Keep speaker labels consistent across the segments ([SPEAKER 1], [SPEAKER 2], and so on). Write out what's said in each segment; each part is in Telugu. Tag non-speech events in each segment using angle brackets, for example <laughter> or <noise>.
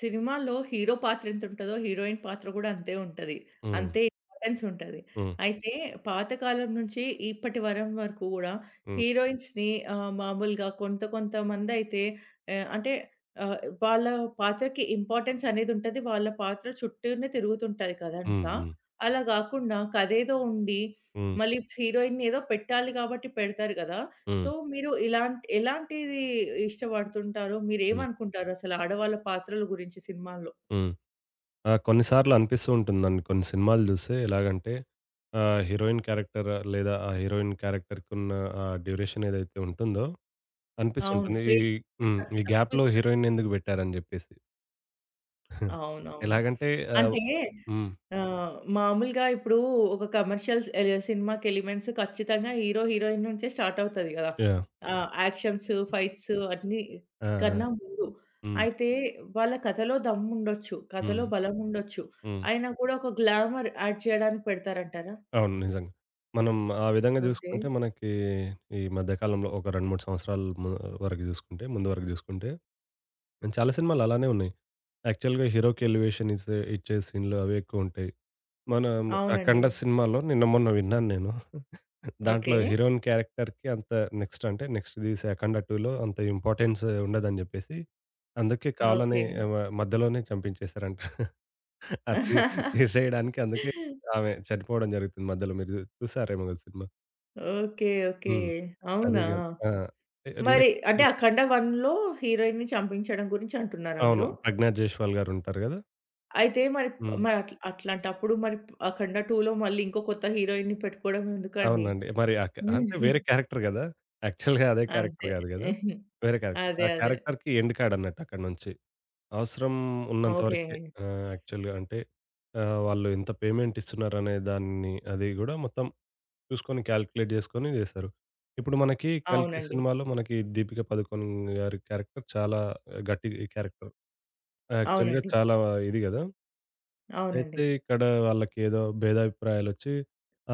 [SPEAKER 1] సినిమాలో హీరో పాత్ర ఎంతుంటదో, హీరోయిన్ పాత్ర గూడా అంతే ఉంటది.
[SPEAKER 2] హ్మ్.
[SPEAKER 1] అంతే ఇంపార్టెన్స్ ఉంటది.
[SPEAKER 2] హ్మ్.
[SPEAKER 1] అయితే పాతకాలం నుంచి ఇప్పటి వరం వరకు గూడా
[SPEAKER 2] హ్మ్.
[SPEAKER 1] హీరోయిన్స్‌ని మామూలుగా కొంత కొంతమందైతే ఆహ్, అంటే ఆహ్, వాళ్ళ పాత్రకి ఇంపార్టెన్స్ అనేదుంటది. వాళ్ళ పాత్ర చుట్టూనే తిరుగుతుంటది
[SPEAKER 2] హ్మ్.
[SPEAKER 1] కథంతా.
[SPEAKER 2] హ్మ్.
[SPEAKER 1] అలా గాకుండా కథేదో ఉండి
[SPEAKER 2] హ్మ్.
[SPEAKER 1] మళ్ళీ హీరోయిన్‌ని ఏదో పెట్టాలి కాబట్టి పెడతారు గదా!
[SPEAKER 2] హ్మ్.
[SPEAKER 1] సో, మీరు ఎలాంటిది ఇష్టపడుతుంటారో,
[SPEAKER 2] హ్మ్.
[SPEAKER 1] మీరేమనుకుంటారు అసలు ఆడవాళ్ళ పాత్రల గురించి సినిమాల్లో?
[SPEAKER 2] హ్మ్. ఆ! కొన్ని సార్లు అనిపిస్తూ ఉంటుందండి. కొన్ని సినిమాలు జూస్తే ఎలాగంటే హీరోయిన్ క్యారెక్టర్ లేదా ఆ హీరోయిన్ క్యారెక్టర్‌కున్న ఆ డ్యూరేషన్ ఏదైతే ఉంటుందో
[SPEAKER 1] అవును.
[SPEAKER 2] అనిపిస్తుంటుంది. ఈ
[SPEAKER 1] స్క్రీన్
[SPEAKER 2] హ్మ్.
[SPEAKER 1] త
[SPEAKER 2] ఈ గ్యాప్‌లో
[SPEAKER 1] తక్కువిస్తారు.
[SPEAKER 2] హీరోయిన్‌ని ఎందుకు బెట్టారని జెప్పేసి.
[SPEAKER 1] అవునవును.
[SPEAKER 2] ఎలాగంటే ఆహ్
[SPEAKER 1] అంటే
[SPEAKER 2] హ్మ్.
[SPEAKER 1] మామూలుగా ఇప్పుడు ఒక కమర్షియల్స్ ఎ సినిమాకి ఎలిమెంట్స్ ఖచ్చితంగా హీరో, హీరోయిన్ నుంచే స్టార్ట్ అవుతది గదా!
[SPEAKER 2] యాహ్!
[SPEAKER 1] యాక్షన్స్, ఫైట్స్ అన్నీ
[SPEAKER 2] ఆ! ఆ!
[SPEAKER 1] కన్నా ముందు.
[SPEAKER 2] హ్మ్.
[SPEAKER 1] అయితే వాళ్ళ కథలో దమ్ముండొచ్చు, కథలో
[SPEAKER 2] హ్మ్.
[SPEAKER 1] బలముండొచ్చు.
[SPEAKER 2] హ్మ్.
[SPEAKER 1] అయినా కూడా ఒక గ్లామర్ యాడ్ చేయడానికి పెడతారంటారా?
[SPEAKER 2] అవును, నిజంగా. మనం ఆ విధంగా
[SPEAKER 1] ఓకే.
[SPEAKER 2] జూసుకుంటే మనకి ఈ మధ్య కాలంలో ఒక 2, 3 సంవత్సరాల వరకు జూసుకుంటే ముందు వరకు జూసుకుంటే చాలా సినిమాలు అలానే ఉన్నాయి. యాక్చువల్‌గా హీరోకి ఎలివేషన్ ఇచ్చే సీన్‌లు అవే ఎక్కువుంటాయి. మన
[SPEAKER 1] అవునండి.
[SPEAKER 2] అఖండ సినిమాలో నిన్న మొన్న విన్నాను నేను. దాంట్లో
[SPEAKER 1] ఓకే.
[SPEAKER 2] హీరోయిన్ క్యారెక్టర్‌కి అంత నెక్స్ట్ అంటే నెక్స్ట్ తీసే 'అఖండ 2'లో అంత ఇంపార్టెన్స్ ఉండదని జెప్పేసి, అందుకే కావాలని
[SPEAKER 1] ఓకే.
[SPEAKER 2] మధ్యలోనే చంపించేసారంట. అది తీసేయడానికి అందుకే ఆమె చనిపోవడం జరుగుతుంది మధ్యలో. మీరు చూసారేమో కదా సినిమా.
[SPEAKER 1] ఓకే. ఓకే.
[SPEAKER 2] హ్మ్.
[SPEAKER 1] <laughs>
[SPEAKER 2] అదే
[SPEAKER 1] అవునా?
[SPEAKER 2] గాని. ఆ!
[SPEAKER 1] మరి
[SPEAKER 2] నెక్స్ట్
[SPEAKER 1] అంటే 'అఖండ 1లో' హీరోయిన్‌ని చంపించడం గురించి అంటున్నారా
[SPEAKER 2] అవును.
[SPEAKER 1] మీరు?
[SPEAKER 2] ప్రజ్ఞా జైస్వాల్ గారుంటారు గదా!
[SPEAKER 1] అయితే మరి
[SPEAKER 2] హ్మ్.
[SPEAKER 1] మరి అట్లా అట్లాంటప్పుడు మరి 'అఖండ 2లో' మళ్ళీ ఇంకో కొత్త హీరోయిన్‌ని పెట్టుకోవడం ఎందుకండి?
[SPEAKER 2] అవునండి. మరి ఆ క
[SPEAKER 1] <laughs>
[SPEAKER 2] అంటే
[SPEAKER 1] హుహు.
[SPEAKER 2] వేరే క్యారెక్టర్ గదా! యాక్చువల్‌గా అదే క్యారెక్టర్
[SPEAKER 1] అంతే.
[SPEAKER 2] గాదు గదా! వేరే క్యారెక్టర్. ఆ
[SPEAKER 1] అదే. అదే.
[SPEAKER 2] క్యారెక్టర్‌కి ఎండ్ కార్డ్ అన్నట్టు అక్కడి నుంచి. అవసరం ఉన్నంత
[SPEAKER 1] ఓకే.
[SPEAKER 2] వరకే. యాక్చువల్‌గా అంటే వాళ్ళు ఎంత పేమెంట్ ఇస్తున్నారనే దాన్ని అది గూడా మొత్తం చూసుకొని కాలిక్యులేట్ జేసుకొని జేశారు. ఇప్పుడు మనకి 'కల్కి'
[SPEAKER 1] అవునండి.
[SPEAKER 2] సినిమాలో మనకి దీపిక పదుకొణ్ గారి క్యారెక్టర్ చాలా గట్టి క్యారెక్టర్. యాక్చువల్‌గా
[SPEAKER 1] అవునండి.
[SPEAKER 2] చాలా ఇది గదా!
[SPEAKER 1] అవునండి.
[SPEAKER 2] అయితే ఇక్కడ వాళ్ళకి ఏదో భేదాభిప్రాయాలొచ్చి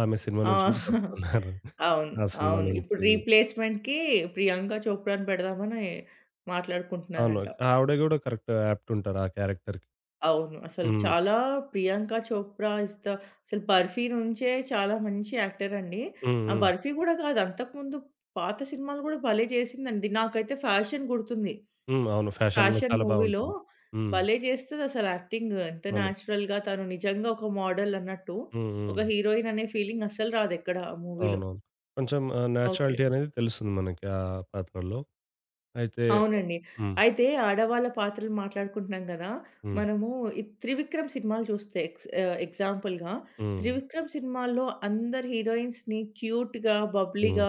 [SPEAKER 2] ఆమె సినిమా నుంచి గూడా
[SPEAKER 1] ఆ!
[SPEAKER 2] తప్పుకున్నారు.
[SPEAKER 1] అవును.
[SPEAKER 2] ఆ సినిమా
[SPEAKER 1] అవును. ఇప్పుడు
[SPEAKER 2] నుంచి.
[SPEAKER 1] రీప్లేస్‌మెంట్‌కి ప్రియాంక చోప్రాని పెడదామని
[SPEAKER 2] అవును.
[SPEAKER 1] మాట్లాడుకుంటున్నారంట.
[SPEAKER 2] ఆవిడ గూడా కరెక్ట్ యాప్ట్ ఉంటారు ఆ క్యారెక్టర్‌కి.
[SPEAKER 1] అవును. అసలు
[SPEAKER 2] హ్మ్.
[SPEAKER 1] చాలా ప్రియాంక చోప్రా ఈస్ ద అసలు 'బర్ఫీ' నుంచే చాలా మంచి యాక్టర్ అండి.
[SPEAKER 2] హ్మ్.
[SPEAKER 1] ఆ
[SPEAKER 2] హ్మ్.
[SPEAKER 1] 'బర్ఫీ' గూడా కాదు అంతకుముందు పాత సినిమాలు గూడా భలే చేసిందండి. నాకైతే 'ఫ్యాషన్' గుర్తుంది.
[SPEAKER 2] హ్మ్. అవును, ఫ్యాషన్‌లో
[SPEAKER 1] 'ఫ్యాషన్'
[SPEAKER 2] చాలా
[SPEAKER 1] మూవీలో
[SPEAKER 2] బావుంటుంది. హ్మ్.
[SPEAKER 1] భలే చేస్తదసలు యాక్టింగ్. ఎంత
[SPEAKER 2] అవును.
[SPEAKER 1] నేచురల్‌గా తను నిజంగా ఒక మోడల్ అన్నట్టు.
[SPEAKER 2] హ్మ్.
[SPEAKER 1] ఒక
[SPEAKER 2] హ్మ్.
[SPEAKER 1] హీరోయిన్ అనే ఫీలింగ్ అస్సలు రాదెక్కడ ఆ మూవీలో.
[SPEAKER 2] అవునవును. కొంచెం
[SPEAKER 1] ఓకే.
[SPEAKER 2] నేచురాలిటీ అనేది తెలుస్తుంది మనకి ఆ పాత్రలో. అయితే
[SPEAKER 1] అవునండి.
[SPEAKER 2] హ్మ్.
[SPEAKER 1] అయితే ఆడవాళ్ళ పాత్రలు మాట్లాడుకుంటున్నాం గదా!
[SPEAKER 2] హ్మ్.
[SPEAKER 1] మనము ఈ 'త్రివిక్రమ్' సినిమాలు చూస్తే ఎగ్జాంపుల్‌గా
[SPEAKER 2] హ్మ్.
[SPEAKER 1] 'త్రివిక్రమ్' సినిమాల్లో అందరి హీరోయిన్స్‌ని క్యూట్‌గా,
[SPEAKER 2] హ్మ్.
[SPEAKER 1] బబ్లీగా,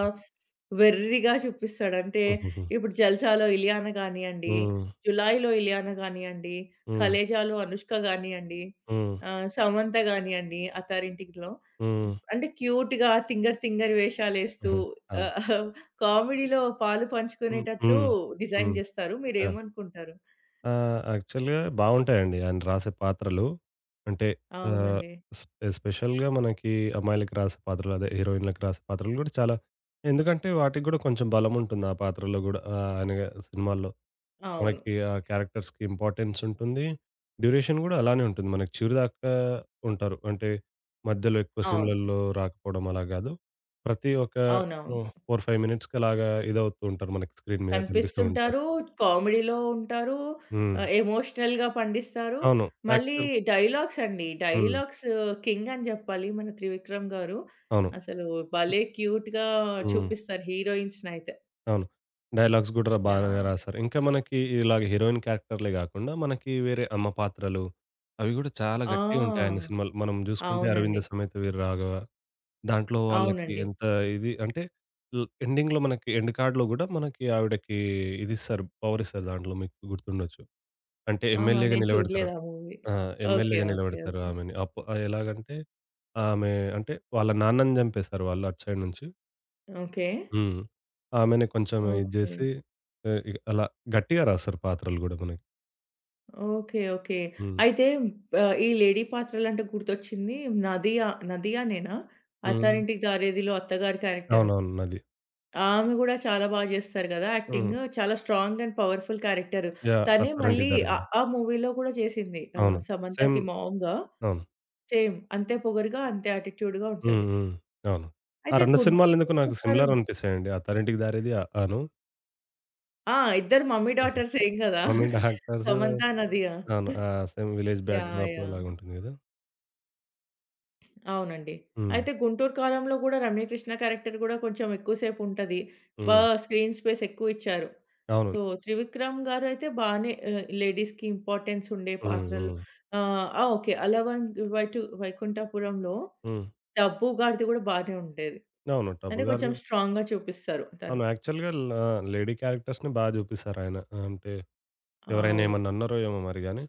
[SPEAKER 1] వెర్రిగా చూపిస్తాడు. అంటే
[SPEAKER 2] హుహుహు.
[SPEAKER 1] ఇప్పుడు 'జల్సాలో' ఇలియానా గానియండి,
[SPEAKER 2] హ్మ్.
[SPEAKER 1] 'జులాయిలో' ఇలియానా గానియండి,
[SPEAKER 2] హ్మ్.
[SPEAKER 1] 'కలేజాలో' అనుష్క గానియండి,
[SPEAKER 2] హ్మ్.
[SPEAKER 1] 'సమంత' గానియండి 'అత్తారింటికిలో'
[SPEAKER 2] హ్మ్.
[SPEAKER 1] అంటే క్యూట్‌గా, తింగర్ తింగరి వేషాలేస్తూ
[SPEAKER 2] ఆహా! అవును.
[SPEAKER 1] ఆహ్, కామెడీలో పాలు
[SPEAKER 2] హ్మ్.
[SPEAKER 1] పంచుకునేటట్టు
[SPEAKER 2] హ్మ్.
[SPEAKER 1] డిజైన్
[SPEAKER 2] హ్మ్.
[SPEAKER 1] జేస్తారు.
[SPEAKER 2] యాహ్!
[SPEAKER 1] మీరేమనుకుంటారు?
[SPEAKER 2] ఆ! యాక్చువల్‌గా బావుంటాయండి. ఆయన రాసే పాత్రలు. అంటే ఆహ్,
[SPEAKER 1] అవునండి.
[SPEAKER 2] ఎస్పెషల్‌గా మనకి అమ్మాయిలకి రాసే పాత్రలు అదే హీరోయిన్‌లకి రాసే పాత్రలు గూడా చాలా ఎందుకంటే వాటికి గూడా కొంచెం బలముంటుంది ఆ పాత్రలో గూడా. ఆయన సినిమాల్లో.
[SPEAKER 1] అవును.
[SPEAKER 2] మనకి ఆ క్యారెక్టర్స్‌కి ఇంపార్టెన్స్ ఉంటుంది. డ్యూరేషన్ గూడా అలానే ఉంటుంది. మనకి చివరి దాకా ఉంటారు. అంటే మధ్యలో ఎక్కువ
[SPEAKER 1] అవును.
[SPEAKER 2] సీన్‌లలో రాకపోవడం అలా గాదు. ప్రతి ఒక్క
[SPEAKER 1] అవునవును.
[SPEAKER 2] 4, 5 మినిట్స్‌కి అలాగా ఇదవుతూ ఉంటారు. మనకి స్క్రీన్ మీద కనిపిస్తూ ఉంటారు.
[SPEAKER 1] కనిపిస్తుంటారు. కామెడీలో ఉంటారు.
[SPEAKER 2] హ్మ్.
[SPEAKER 1] ఎమోషనల్‌గా పండిస్తారు.
[SPEAKER 2] అవును.
[SPEAKER 1] మళ్ళీ
[SPEAKER 2] యాక్చువల్
[SPEAKER 1] డైలాగ్స్ అండి.
[SPEAKER 2] హ్మ్.
[SPEAKER 1] డైలాగ్స్ కింగ్ అని జెప్పాలి మన త్రివిక్రమ్ గారు.
[SPEAKER 2] అవును.
[SPEAKER 1] అసలు భలే క్యూట్‌గా
[SPEAKER 2] హ్మ్.
[SPEAKER 1] చూపిస్తారు హీరోయిన్స్‌నైతే.
[SPEAKER 2] అవును. డైలాగ్స్ గూడా బానే
[SPEAKER 1] యాహ్!
[SPEAKER 2] రాశారు. ఇంకా మనకి ఇలాగ హీరోయిన్ క్యారెక్టర్‌లే గాకుండా, మనకి వేరే అమ్మ పాత్రలు అవి గూడా చాలా గట్టిగా ఉంటాయి ఆయన
[SPEAKER 1] ఆ!
[SPEAKER 2] సినిమాలు. మనం జూసుకుంటే 'అరవింద
[SPEAKER 1] అవునండి.
[SPEAKER 2] సమేత వీర రాఘవ' దాంట్లో వాళ్ళకి
[SPEAKER 1] అవునండి.
[SPEAKER 2] ఎంత ఇది అంటే ఎండింగ్‌లో మనకి ఎండ్ కార్డ్‌లో గూడా మనకి ఆవిడకి ఇదిస్తారు. పవర్ ఇస్తారు దాంట్లో మీకు గుర్తుండొచ్చు. అంటే
[SPEAKER 1] ఆహా!
[SPEAKER 2] ఎమ్మెల్యేగా
[SPEAKER 1] నేను
[SPEAKER 2] నిలబెడతారు.
[SPEAKER 1] చూడలేదు ఆ మూవీ.
[SPEAKER 2] ఆ!
[SPEAKER 1] ఓకే.
[SPEAKER 2] ఎమ్మెల్యేగా
[SPEAKER 1] ఓకే.
[SPEAKER 2] నిలబెడతారు
[SPEAKER 1] ఓకే.
[SPEAKER 2] ఆమెని. అప్ ఎలాగంటే ఆమె అంటే వాళ్ళ నాన్నని జంపేస్తారు వాళ్ళు అటు సైడ్ నుంచి.
[SPEAKER 1] ఓకే.
[SPEAKER 2] హ్మ్. ఆమెనే కొంచెం ఇది
[SPEAKER 1] ఓకే.
[SPEAKER 2] జేసి ఇగ అలా గట్టిగా రాస్తారు పాత్రలు గూడా మనకి.
[SPEAKER 1] ఓకే. ఓకే.
[SPEAKER 2] హ్మ్.
[SPEAKER 1] అయితే ఈ లేడీ పాత్రలంటే గుర్తొచ్చింది 'నదియా' నేనా?
[SPEAKER 2] హ్మ్.
[SPEAKER 1] 'అత్తారింటికి దారేదిలో' అత్తగారి క్యారెక్టర్.
[SPEAKER 2] అవునవును. నది.
[SPEAKER 1] ఆమె గూడా చాలా బా జేస్తారు గదా!
[SPEAKER 2] హ్మ్.
[SPEAKER 1] యాక్టింగ్. చాలా strong and powerful character.
[SPEAKER 2] Yeah!
[SPEAKER 1] తనే
[SPEAKER 2] 'అత్తారింటికి
[SPEAKER 1] మళ్ళీ
[SPEAKER 2] దారేదిలో'
[SPEAKER 1] ఆ మూవీలో గూడా చేసింది.
[SPEAKER 2] అవును. సేమ్
[SPEAKER 1] సమంతకి మామ్‌గా
[SPEAKER 2] అవును.
[SPEAKER 1] సేమ్ అంతే పొగరుగా, అంతే యాటిట్యూడ్‌గా
[SPEAKER 2] హ్మ్.
[SPEAKER 1] ఉంటది.
[SPEAKER 2] హ్మ్. అవును. ఆ
[SPEAKER 1] అయితే
[SPEAKER 2] 2 సినిమాలెందుకో నాకు
[SPEAKER 1] గుంటూరు
[SPEAKER 2] సిమిలర్
[SPEAKER 1] గారుని
[SPEAKER 2] అనిపిస్తాయండి. 'అత్తారింటికి దారేది' అను.
[SPEAKER 1] ఆ! ఇద్దరు మమ్మీ డాటర్సేం గదా!
[SPEAKER 2] Mummy doctors
[SPEAKER 1] Samantha, Nadiya.
[SPEAKER 2] అవును. ఆ! Same village back
[SPEAKER 1] yeah!
[SPEAKER 2] డ్రాప్‌లో
[SPEAKER 1] యాహ్!
[SPEAKER 2] అలాగుంటుంది గదా!
[SPEAKER 1] అవునండి.
[SPEAKER 2] హ్మ్.
[SPEAKER 1] అయితే 'గుంటూరు కారంలో' గూడా రమ్యకృష్ణ క్యారెక్టర్ గూడా కొంచెం ఎక్కువ సేపుంటది. బా
[SPEAKER 2] హ్మ్.
[SPEAKER 1] స్క్రీన్ స్పేస్ ఎక్కువిచ్చారు.
[SPEAKER 2] అవును.
[SPEAKER 1] సో, త్రివిక్రమ్ గారైతే బానే లేడీస్‌కి ఇంపార్టెన్స్ ఉండే
[SPEAKER 2] హ్మ్.
[SPEAKER 1] పాత్రలు
[SPEAKER 2] హ్మ్.
[SPEAKER 1] ఆ! ఓకే. వైటు వైకుంఠపురంలో'
[SPEAKER 2] హ్మ్.
[SPEAKER 1] డబ్బు గారిది గూడా బానే ఉండేది.
[SPEAKER 2] అవును.
[SPEAKER 1] అంటే
[SPEAKER 2] 'టబ్బు' గారిది
[SPEAKER 1] కొంచెం స్ట్రాంగ్‌గా చూపిస్తారు తను.
[SPEAKER 2] అవును. యాక్చువల్‌గా లేడీ క్యారెక్టర్స్‌ని బా జూపిస్తారాయన. అంటే ఎవరైనా
[SPEAKER 1] అవును.
[SPEAKER 2] ఏమన్నా అన్నారో ఏమో మరి గాని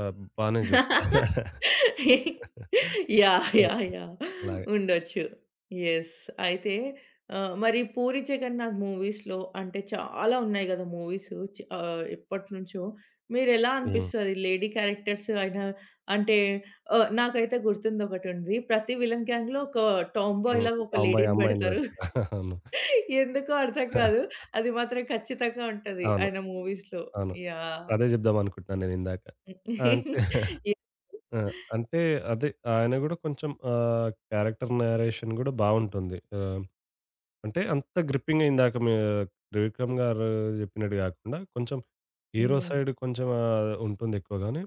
[SPEAKER 2] ఆహ్, బానే చూపిస్తారు.
[SPEAKER 1] <laughs>
[SPEAKER 2] <laughs>
[SPEAKER 1] యాహ్!
[SPEAKER 2] ఆ!
[SPEAKER 1] యాహ్! యాహ్!
[SPEAKER 2] అలాగే.
[SPEAKER 1] ఉండొచ్చు. యెస్. అయితే మరి 'పూరి జగన్నాథ్' మూవీస్‌లో అంటే చాలా ఉన్నాయి గదా! మూవీసు ఎప్పటినుంచో మీరెలా
[SPEAKER 2] హ్మ్.
[SPEAKER 1] అనిపిస్తది లేడీ క్యారెక్టర్స్ అయినా అంటే నాకైతే గుర్తుందొకటుంది. ప్రతి విలన్ గ్యాంగ్‌లో ఒక టామ్ బాయ్
[SPEAKER 2] హ్మ్.
[SPEAKER 1] లాగా ఒక
[SPEAKER 2] టాంబాయ్
[SPEAKER 1] లేడీని
[SPEAKER 2] అమ్మాయిని
[SPEAKER 1] బెడతారు. <laughs>
[SPEAKER 2] పెడతారు.
[SPEAKER 1] ఎందుకో అర్థం
[SPEAKER 2] <laughs> అవును.
[SPEAKER 1] కాదు. అది మాత్రం ఖచ్చితంగా ఉంటది
[SPEAKER 2] అవును.
[SPEAKER 1] ఆయన మూవీస్‌లో.
[SPEAKER 2] అవును.
[SPEAKER 1] యాహ్!
[SPEAKER 2] అదే చెప్దాం అనుకుంటున్నాను నేనిందాక. అంటే
[SPEAKER 1] <laughs> యెస్.
[SPEAKER 2] ఆ! అంటే అదే ఆయన గూడా కొంచెం క్యారెక్టర్ నరేషన్ గూడా బావుంటుంది. అంటే అంత గ్రిప్పింగ్ ఇందాక మీ 'త్రివిక్రమ్' గారు చెప్పినట్టు గాకుండా కొంచెం హీరో
[SPEAKER 1] హ్మ్.
[SPEAKER 2] సైడ్ కొంచెం ఉంటుంది ఎక్కువ గానీ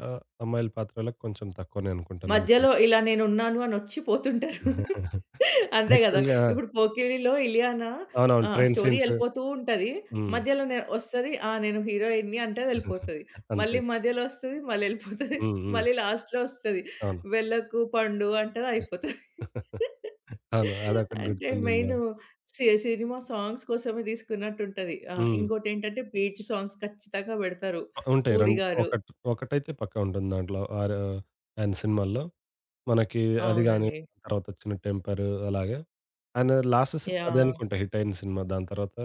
[SPEAKER 2] ఆహ్, అమ్మాయిల పాత్రలకు కొంచెం తక్కువనే అనుకుంటా నేను.
[SPEAKER 1] మధ్యలో ఇలా నేనున్నాను అనొచ్చి పోతుంటారు.
[SPEAKER 2] <laughs>
[SPEAKER 1] అంతే గదా!
[SPEAKER 2] యాక్చువల్‌గా
[SPEAKER 1] ఇప్పుడు 'పోకిరి'లో ఇలియానా
[SPEAKER 2] అవునవును. Train
[SPEAKER 1] story
[SPEAKER 2] scenes.
[SPEAKER 1] ఎళ్ళిపోతూ ఉంటది.
[SPEAKER 2] హ్మ్.
[SPEAKER 1] మధ్యలో నే ఒస్తది. ఆ! నేను హీరోయిన్‌ని అంటది
[SPEAKER 2] <laughs>
[SPEAKER 1] ఎళ్ళిపోతది.
[SPEAKER 2] అంతే.
[SPEAKER 1] మళ్ళీ మధ్యలో ఒస్తది. మళ్ళీ ఎళ్ళిపోతది.
[SPEAKER 2] హ్మ్. హ్మ్.
[SPEAKER 1] మళ్ళీ లాస్ట్‌లో ఒస్తది.
[SPEAKER 2] అవును.
[SPEAKER 1] వెళ్ళకు పండు అంటది అయిపోతది.
[SPEAKER 2] అవును. అదొకటి
[SPEAKER 1] అంటే
[SPEAKER 2] గుర్తుండింది
[SPEAKER 1] మెయిను
[SPEAKER 2] బాగా.
[SPEAKER 1] సినిమా సాంగ్స్ కోసమే తీసుకున్నట్టుంటది. ఆ!
[SPEAKER 2] హ్మ్.
[SPEAKER 1] ఇంకోటేంటంటే బీట్ సాంగ్స్ ఖచ్చితంగా బెడతారు
[SPEAKER 2] ఉంటాయి
[SPEAKER 1] పూరి
[SPEAKER 2] 2
[SPEAKER 1] గారు.
[SPEAKER 2] ఒకటి ఒకటైతే పక్కా ఉంటుంది దాంట్లో. ఆరు ఆయన సినిమాల్లో. మనకి అది గాని,
[SPEAKER 1] అవునండి.
[SPEAKER 2] తర్వాతొచ్చిన 'టెంపర్' అలాగే. ఆయన లాస్ట్ సినిమా అదే
[SPEAKER 1] యాహ్!
[SPEAKER 2] అనుకుంటా హిట్ అయిన సినిమా. దాని తర్వాత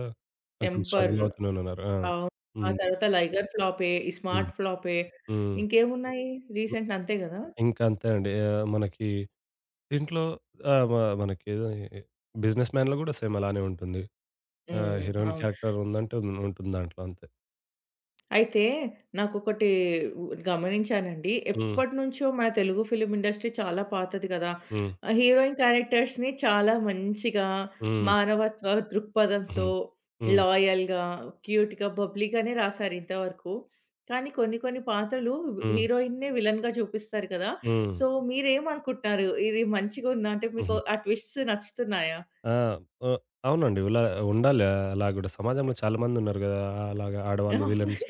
[SPEAKER 2] కొంచెం
[SPEAKER 1] టెంపర్.
[SPEAKER 2] స్ట్రగుల్ అవుతూనేనన్నారు. ఆ!
[SPEAKER 1] అవును. ఆ
[SPEAKER 2] హ్మ్.
[SPEAKER 1] తర్వాత 'లైగర్' ఫ్లాపే, ఈ
[SPEAKER 2] హ్మ్.
[SPEAKER 1] 'స్మార్ట్' ఫ్లాపే.
[SPEAKER 2] హ్మ్.
[SPEAKER 1] ఇంకేమున్నాయి రీసెంట్ అంతే గదా!
[SPEAKER 2] ఇంకా అంతే అండి. మనకి దీంట్లో ఆహ్, మ మనకి 'బిజినెస్ మ్యాన్'లో గూడా సేమ్ అలానే ఉంటుంది. ఆ!
[SPEAKER 1] హ్మ్.
[SPEAKER 2] హీరోయిన్
[SPEAKER 1] అవును.
[SPEAKER 2] క్యారెక్టర్ ఉందంటే ఉంటుంది దాంట్లో అంతే.
[SPEAKER 1] అయితే నాకొకటి ఉ గమనించానండి.
[SPEAKER 2] హ్మ్.
[SPEAKER 1] ఎప్పటినుంచో మన తెలుగు ఫిల్మ్ ఇండస్ట్రీ చాలా పాతది గదా!
[SPEAKER 2] హ్మ్.
[SPEAKER 1] హీరోయిన్ క్యారెక్టర్స్‌ని చాలా మంచిగా
[SPEAKER 2] హ్మ్.
[SPEAKER 1] మానవత్వ దృక్పథంతో,
[SPEAKER 2] హ్మ్. హ్మ్.
[SPEAKER 1] లాయల్‌గా, క్యూట్‌గా, బబ్లీగానే రాసారు ఇంతవరకు. కానీ కొన్ని కొన్ని పాత్రలు
[SPEAKER 2] హ్మ్.
[SPEAKER 1] హీరోయిన్‌నే విలన్‌గా చూపిస్తారు కదా!
[SPEAKER 2] హ్మ్.
[SPEAKER 1] సో మీరేమనుకుంటున్నారు? ఇది మంచిగుందా? అంటే మీకు
[SPEAKER 2] హుహు.
[SPEAKER 1] ఆ ట్విస్ట్స్ నచ్చుతున్నాయా?
[SPEAKER 2] ఆ! ఓహ్! అవునండి. ఇలా ఉండాలి. అలా గూడా సమాజంలో చాలా మందున్నారు గదా! అలాగా ఆడవాళ్ళు విలన్స్.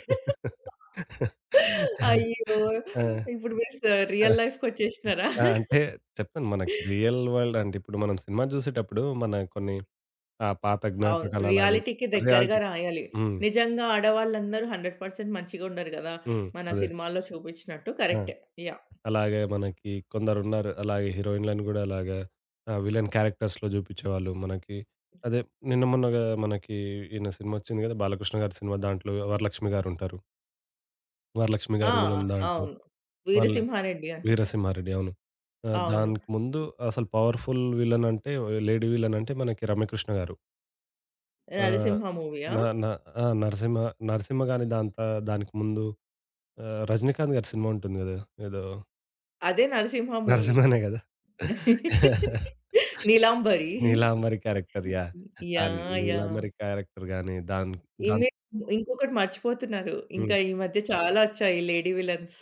[SPEAKER 1] అయ్యో!
[SPEAKER 2] ఆ!
[SPEAKER 1] ఇప్పుడు మీరు రియల్ లైఫ్‌కొచ్చేసినారా?
[SPEAKER 2] ఆ! అంటే చెప్తాను మనకి రియల్ వరల్డ్ అంటే ఇప్పుడు మనం సినిమా జూసేటప్పుడు మన కొన్ని ఆ పాత
[SPEAKER 1] అవును.
[SPEAKER 2] జ్ఞాపకాలు అలాగే
[SPEAKER 1] రియాలిటీకి దగ్గరగా
[SPEAKER 2] రియాలిటీ.
[SPEAKER 1] రాయాలి.
[SPEAKER 2] హ్మ్.
[SPEAKER 1] నిజంగా ఆడవాళ్ళందరూ 100% మంచిగుండరు గదా!
[SPEAKER 2] హ్మ్.
[SPEAKER 1] మన
[SPEAKER 2] అదే.
[SPEAKER 1] సినిమాల్లో చూపించినట్టు.
[SPEAKER 2] ఆ!
[SPEAKER 1] కరెక్టే. యాహ్!
[SPEAKER 2] అలాగే మనకి కొందరున్నారు. అలాగే హీరోయిన్‌లను గూడా అలాగా విలన్ క్యారెక్టర్స్‌లో జూపిచ్చేవాళ్ళు. మనకి అదే నిన్న మొన్నగా మనకి ఈయన సినిమా ఒచ్చింది గదా! బాలకృష్ణ గారి సినిమా దాంట్లో వరలక్ష్మి గారుంటారు. వరలక్ష్మి
[SPEAKER 1] ఆ!
[SPEAKER 2] గారు విలన్ దాంట్లో.
[SPEAKER 1] అవును.
[SPEAKER 2] మళ్ళీ
[SPEAKER 1] 'వీరసింహారెడ్డి' అనుకుంటా.
[SPEAKER 2] వీరసింహారెడ్డి అవును. ఆ!
[SPEAKER 1] అవును.
[SPEAKER 2] దానికి ముందు అసలు పవర్‌ఫుల్ విలన్ అంటే లేడీ విలన్ అంటే మనకి రమ్యకృష్ణ గారు. ఆహ్,
[SPEAKER 1] 'నరసింహ' మూవీయా?
[SPEAKER 2] న న ఆ! నరసింహ, నరసింహ గాని దానికి ముందు రజనీకాంత్ గారి సినిమా ఉంటుంది గదా! ఏదో
[SPEAKER 1] అదే 'నరసింహ' మూవీ.
[SPEAKER 2] నరసింహనే గదా!
[SPEAKER 1] <laughs> 'నీలాంబరి.'
[SPEAKER 2] Neelambari character yeah! ఆ! <laughs>
[SPEAKER 1] యాహ్! యాహ్!
[SPEAKER 2] నీలాంబరి క్యారెక్టర్ గాని దాన్ దాన్
[SPEAKER 1] ఇమ్మి ఇంకొకటి మర్చిపోతున్నారు.
[SPEAKER 2] హ్మ్.
[SPEAKER 1] ఇంకా ఈ మధ్య చాలా వచ్చాయి లేడీ విలన్స్.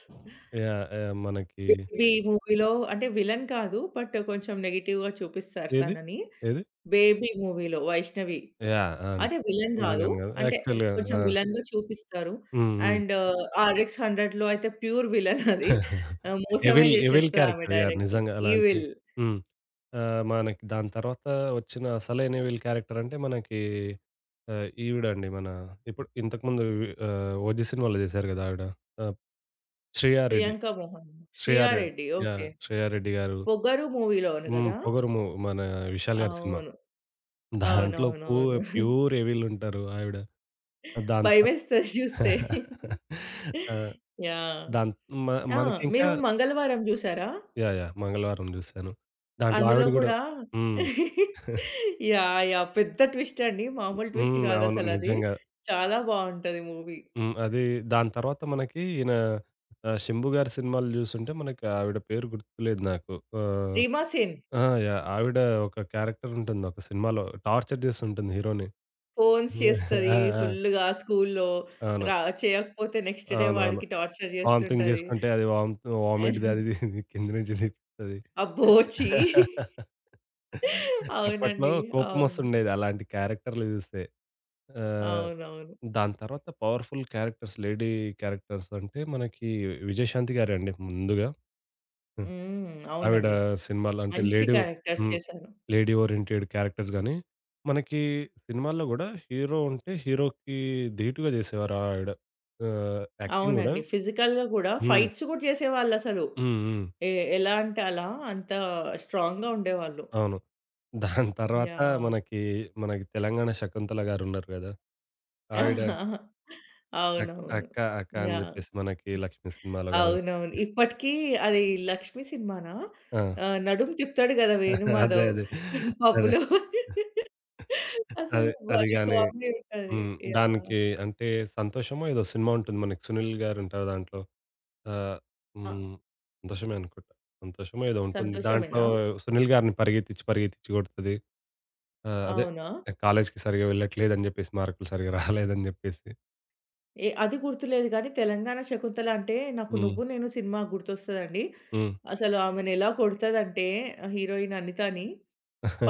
[SPEAKER 2] యాహ్! యాహ్! మనకి
[SPEAKER 1] 'బేబీ' మూవీలో అంటే విలన్ కాదు. బట్ కొంచెం నెగెటివ్‌గా చూపిస్తారు
[SPEAKER 2] ఏది?
[SPEAKER 1] తనని.
[SPEAKER 2] ఏది?
[SPEAKER 1] 'బేబీ' మూవీలో వైష్ణవి.
[SPEAKER 2] యాహ్! ఆ!
[SPEAKER 1] అంటే విలన్ కాదు.
[SPEAKER 2] విలన్ గాదు.
[SPEAKER 1] అంటే
[SPEAKER 2] యాక్చువల్‌గా
[SPEAKER 1] కొంచెం
[SPEAKER 2] ఆ!
[SPEAKER 1] విలన్‌గా చూపిస్తారు.
[SPEAKER 2] హ్మ్. హ్మ్.
[SPEAKER 1] అండ్ 'ఆర్ఎక్స్ హండ్రెడ్‌లో' అయితే ప్యూర్ విలన్ అది.
[SPEAKER 2] <laughs>
[SPEAKER 1] మోసమే
[SPEAKER 2] ఎవిల్ ఎవిల్
[SPEAKER 1] చేసేస్తది ఆమె
[SPEAKER 2] క్యారెక్టర్ యాహ్!
[SPEAKER 1] డైరెక్ట్.
[SPEAKER 2] నిజంగా అలాంటి
[SPEAKER 1] 'ఈవిల్'
[SPEAKER 2] హ్మ్. మనకి దాని తర్వాత వచ్చిన అసలైన ఎవిల్ క్యారెక్టర్ అంటే మనకి ఈవిడండి మన ఇప్పుడు ఇంతకుముందు 'ఓజీ' సినిమాలో చేశారు గదా! ఆవిడ. ఆహ్, శ్రేయారెడ్డి.
[SPEAKER 1] 'ప్రియాంక మోహన్', 'శ్రియా
[SPEAKER 2] శ్రేయారెడ్డి
[SPEAKER 1] రెడ్డి'
[SPEAKER 2] యాహ్!
[SPEAKER 1] ఓకే.
[SPEAKER 2] శ్రేయారెడ్డి గారు
[SPEAKER 1] 'పొగరు' మూవీలో అవును
[SPEAKER 2] హ్మ్.
[SPEAKER 1] కదా!
[SPEAKER 2] 'పొగరుమూ' మన విశాల్ గారి సినిమా.
[SPEAKER 1] అవును.
[SPEAKER 2] దాంట్లో పూ
[SPEAKER 1] అవునవునవును.
[SPEAKER 2] ప్యూర్ ఎవిలుంటారు ఆవిడ. దాని తర్
[SPEAKER 1] భయమేస్తది <laughs> చూస్తే.
[SPEAKER 2] ఆ!
[SPEAKER 1] యాహ్!
[SPEAKER 2] దాన్ మ
[SPEAKER 1] ఆ!
[SPEAKER 2] మనకింకా
[SPEAKER 1] మీరు 'మంగళవారం' జూసారా?
[SPEAKER 2] యాహ్! యాహ్! మంగళవారం జూశాను. దాంట్లో ఆవిడ
[SPEAKER 1] అందులో
[SPEAKER 2] గూడా
[SPEAKER 1] కూడా
[SPEAKER 2] హ్మ్.
[SPEAKER 1] యాహ్! యాహ్! పెద్ద ట్విస్ట్ అండి. మామూలు ట్విస్ట్
[SPEAKER 2] హ్మ్. అవును,
[SPEAKER 1] కాదసలది.
[SPEAKER 2] నిజంగా.
[SPEAKER 1] చాలా బావుంటది మూవీ.
[SPEAKER 2] హ్మ్. అది దాని తర్వాత మనకి ఈయన 'శంభు' గారి సినిమాలు జూసుంటే మనకి ఆవిడ పేరు గుర్తులేదు నాకు. ఆహ్
[SPEAKER 1] 'రీమా సేన్'
[SPEAKER 2] ఆ! యాహ్! ఆవిడ ఒక క్యారెక్టర్ ఉంటుంది ఒక సినిమాలో టార్చర్ జేస్తుంటుంది హీరోని.
[SPEAKER 1] ఫోన్స్ చేస్తది
[SPEAKER 2] ఆ! ఆ!
[SPEAKER 1] ఫుల్‌గా స్కూల్లో.
[SPEAKER 2] అవును.
[SPEAKER 1] రా చేయకపోతే నెక్స్ట్ డే
[SPEAKER 2] అవునవును.
[SPEAKER 1] వాడికి టార్చర్
[SPEAKER 2] వామిటింగ్
[SPEAKER 1] చేస్తుంటది.
[SPEAKER 2] జేసుకుంటే అది వామిట్‌ది అది ఇది కింద నుంచి తిప్పుతది.
[SPEAKER 1] అబ్బో! ఛీ!
[SPEAKER 2] అప్పట్లో
[SPEAKER 1] అవునండి. అవును.
[SPEAKER 2] కోపమొస్తుండేది అలాంటి క్యారెక్టర్‌లు జూస్తే. ఆహ్,
[SPEAKER 1] అవునవును.
[SPEAKER 2] దాని తర్వాత పవర్‌ఫుల్ క్యారెక్టర్స్ లేడీ క్యారెక్టర్స్ అంటే మనకి విజయశాంతి గారండి ముందుగా. హ్మ్.
[SPEAKER 1] హ్మ్.
[SPEAKER 2] ఆవిడ
[SPEAKER 1] అవునండి.
[SPEAKER 2] సినిమాలు అంటే
[SPEAKER 1] మంచి
[SPEAKER 2] లేడీ
[SPEAKER 1] క్యారెక్టర్స్
[SPEAKER 2] హ్మ్.
[SPEAKER 1] చేశారు.
[SPEAKER 2] లేడీ ఓరియెంటెడ్ క్యారెక్టర్స్ గానీ, మనకి సినిమాల్లో గూడా హీరో ఉంటే హీరోకి ధీటుగా జేసేవారు ఆవిడ. యాక్టింగ్ గూడా
[SPEAKER 1] అవునండి. ఫిజికల్‌గా గూడా
[SPEAKER 2] హ్మ్.
[SPEAKER 1] ఫైట్స్ గూడా చేసేవాళ్ళసలు.
[SPEAKER 2] హ్మ్. హ్మ్.
[SPEAKER 1] ఎ ఎలా అంటే అలా అంత స్ట్రాంగ్‌గా ఉండేవాళ్ళు.
[SPEAKER 2] అవును. దాని తర్వాత
[SPEAKER 1] యాహ్!
[SPEAKER 2] మనకి, మనకి తెలంగాణ శకుంతల గారున్నారు గదా! ఆవిడ
[SPEAKER 1] <laughs>
[SPEAKER 2] అక్
[SPEAKER 1] అవునవును.
[SPEAKER 2] అక్క, అక్క అని
[SPEAKER 1] యాహ్!
[SPEAKER 2] జెప్పేసి మనకి 'లక్ష్మి' సినిమాలో గాని
[SPEAKER 1] అవునవును. ఇప్పటికి అది 'లక్ష్మి' సినిమానా?
[SPEAKER 2] ఆ!
[SPEAKER 1] నడుము తిప్పుతాడు గదా!
[SPEAKER 2] <laughs> అదే.
[SPEAKER 1] వేణుమాధవ్
[SPEAKER 2] అదే. అదే.
[SPEAKER 1] పబ్‌లో.
[SPEAKER 2] అదే.
[SPEAKER 1] అసలు
[SPEAKER 2] అది
[SPEAKER 1] భలే
[SPEAKER 2] గాని
[SPEAKER 1] కామెడీ ఉంటది.
[SPEAKER 2] హ్మ్.
[SPEAKER 1] యాహ్!
[SPEAKER 2] దానికి అంటే 'సంతోషమో' ఏదో సినిమా ఉంటుంది మనకి 'సునీల్' గారుంటారు దాంట్లో. ఆహ్
[SPEAKER 1] ఆ!
[SPEAKER 2] హ్మ్. 'సంతోషమే' అనుకుంటా. 'సంతోషమో' ఏదో ఉంటుంది. దాంట్లో
[SPEAKER 1] సంతోషమేనా?
[SPEAKER 2] 'సునీల్' గారిని పరిగెత్తిచ్చి, పరిగెత్తిచ్చి గొడతది. ఆ! అదే
[SPEAKER 1] అవునా?
[SPEAKER 2] కాలేజ్‌కి సరిగ్గా వెళ్ళట్లేదని జెప్పేసి, మార్కులు సరిగ్గా రాలేదని జెప్పేసి.
[SPEAKER 1] ఏ అది గుర్తులేదు గానీ 'తెలంగాణ శకుంతల' అంటే నాకు
[SPEAKER 2] హ్మ్.
[SPEAKER 1] 'నువ్వు నేను' సినిమా గుర్తొస్తదండి.
[SPEAKER 2] హ్మ్.
[SPEAKER 1] అసలు ఆమెనెలా కొడతదంటే హీరోయిన్ అనితని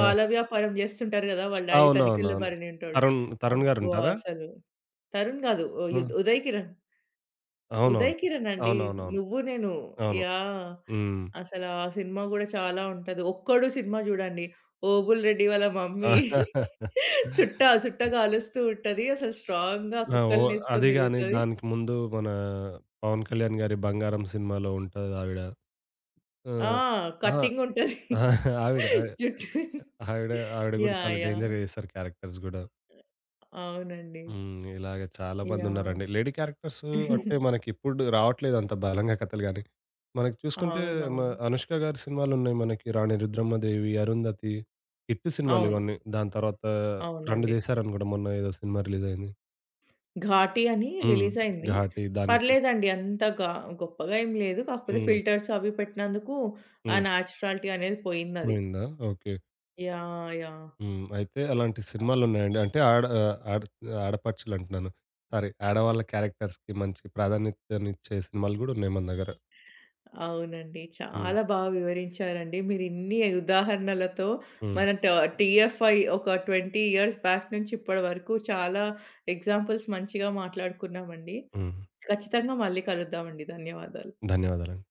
[SPEAKER 1] పాల వ్యాపారం జేస్తుంటారు గదా! వాళ్ళ డాడీ తనిఖీల్లో
[SPEAKER 2] అవునవునవును.
[SPEAKER 1] బరిణింటాడు.
[SPEAKER 2] తరుణ్
[SPEAKER 1] అబ్బా!
[SPEAKER 2] గారుంటారా?
[SPEAKER 1] అసలు తరుణ్ గాదు
[SPEAKER 2] హ్మ్.
[SPEAKER 1] ఉదయ్ కిరణ్.
[SPEAKER 2] అవునవును.
[SPEAKER 1] ఉదయ్ కిరణ్ అండి
[SPEAKER 2] అవునవునవును.
[SPEAKER 1] 'నువ్వు నేను.'
[SPEAKER 2] అవును.
[SPEAKER 1] యాహ్!
[SPEAKER 2] హ్మ్.
[SPEAKER 1] అసలు ఆ సినిమా గూడా చాలా ఉంటది. 'ఒక్కడు' సినిమా జూడండి. ఓబుల్ రెడ్డి వాళ్ళ మమ్మీ <laughs> సుట్ట సుట్ట గాలుస్తూ ఉంటది. అసలు స్ట్రాంగ్‌గా
[SPEAKER 2] ఆ! ఓ
[SPEAKER 1] కుక్కలనేసుకొని
[SPEAKER 2] అది గాని
[SPEAKER 1] తిరుగుతది.
[SPEAKER 2] దానికి ముందు మన 'పవన్ కళ్యాణ్' గారి 'బంగారం' సినిమాలో ఉంటదావిడ.
[SPEAKER 1] ఆ!
[SPEAKER 2] ఆహ్ అహా!
[SPEAKER 1] కట్టింగుంటది.
[SPEAKER 2] ఆవిడ
[SPEAKER 1] జుట్టు.
[SPEAKER 2] ఆవిడ ఆవిడ గూడా
[SPEAKER 1] యాహ్!
[SPEAKER 2] చాలా
[SPEAKER 1] యాహ్!
[SPEAKER 2] డేంజర్‌గా చేస్తారు క్యారెక్టర్స్ గూడా.
[SPEAKER 1] అవునండి.
[SPEAKER 2] హ్మ్. ఇలాగ చాలా
[SPEAKER 1] యాహ్!
[SPEAKER 2] మందున్నారండి. లేడీ క్యారెక్టర్స్ అంటే మనకిప్పుడు రావట్లేదు అంత బలంగా కథలు గాని. మనకి చూసుకుంటే మ
[SPEAKER 1] అవునవును.
[SPEAKER 2] 'అనుష్క' గారి సినిమాలున్నాయి మనకి 'రాణి రుద్రమ్మదేవి', 'అరుంధతి', 'హిట్'
[SPEAKER 1] అవును.
[SPEAKER 2] సినిమాలివన్నీ. దాని తర్వాత 2
[SPEAKER 1] అవునండి.
[SPEAKER 2] జేశారనుకుంట మొన్న ఏదో సినిమా రిలీజయింది.
[SPEAKER 1] 'ఘాటి' అని
[SPEAKER 2] హ్మ్.
[SPEAKER 1] రిలీజయింది.
[SPEAKER 2] 'ఘాటి' దానికి
[SPEAKER 1] పర్లేదండి. అంత గ గొప్పగా ఏం లేదు. కాకపోతే
[SPEAKER 2] హ్మ్.
[SPEAKER 1] ఫిల్టర్స్ అవి పెట్టినందుకు ఆ
[SPEAKER 2] హ్మ్.
[SPEAKER 1] నేచురాలిటీ అనేది పోయిందది.
[SPEAKER 2] పోయిందా? ఓకే.
[SPEAKER 1] యాహ్! యాహ్!
[SPEAKER 2] హ్మ్. అయితే అలాంటి సినిమాలున్నాయండి. అంటే ఆడ ఆడపడుచులంటున్నాను. సారీ. ఆడవాళ్ళ క్యారెక్టర్స్‌కి మంచి ప్రాధాన్యతనిచ్చే సినిమాలు గూడున్నాయి మన దగ్గర.
[SPEAKER 1] అవునండి.
[SPEAKER 2] హ్మ్.
[SPEAKER 1] చాలా బాగా వివరించారండి. మీరిన్ని ఉదాహరణలతో
[SPEAKER 2] హ్మ్.
[SPEAKER 1] మన టీఎఫ్ఐ ఒక 20 ఇయర్స్ బ్యాక్ నుంచి ఇప్పటి వరకు చాలా ఎగ్జాంపుల్స్ మంచిగా మాట్లాడుకున్నామండి.
[SPEAKER 2] హ్మ్.
[SPEAKER 1] ఖచ్చితంగా మళ్ళీ కలుద్దామండి. ధన్యవాదాలు.
[SPEAKER 2] ధన్యవాదాలండి.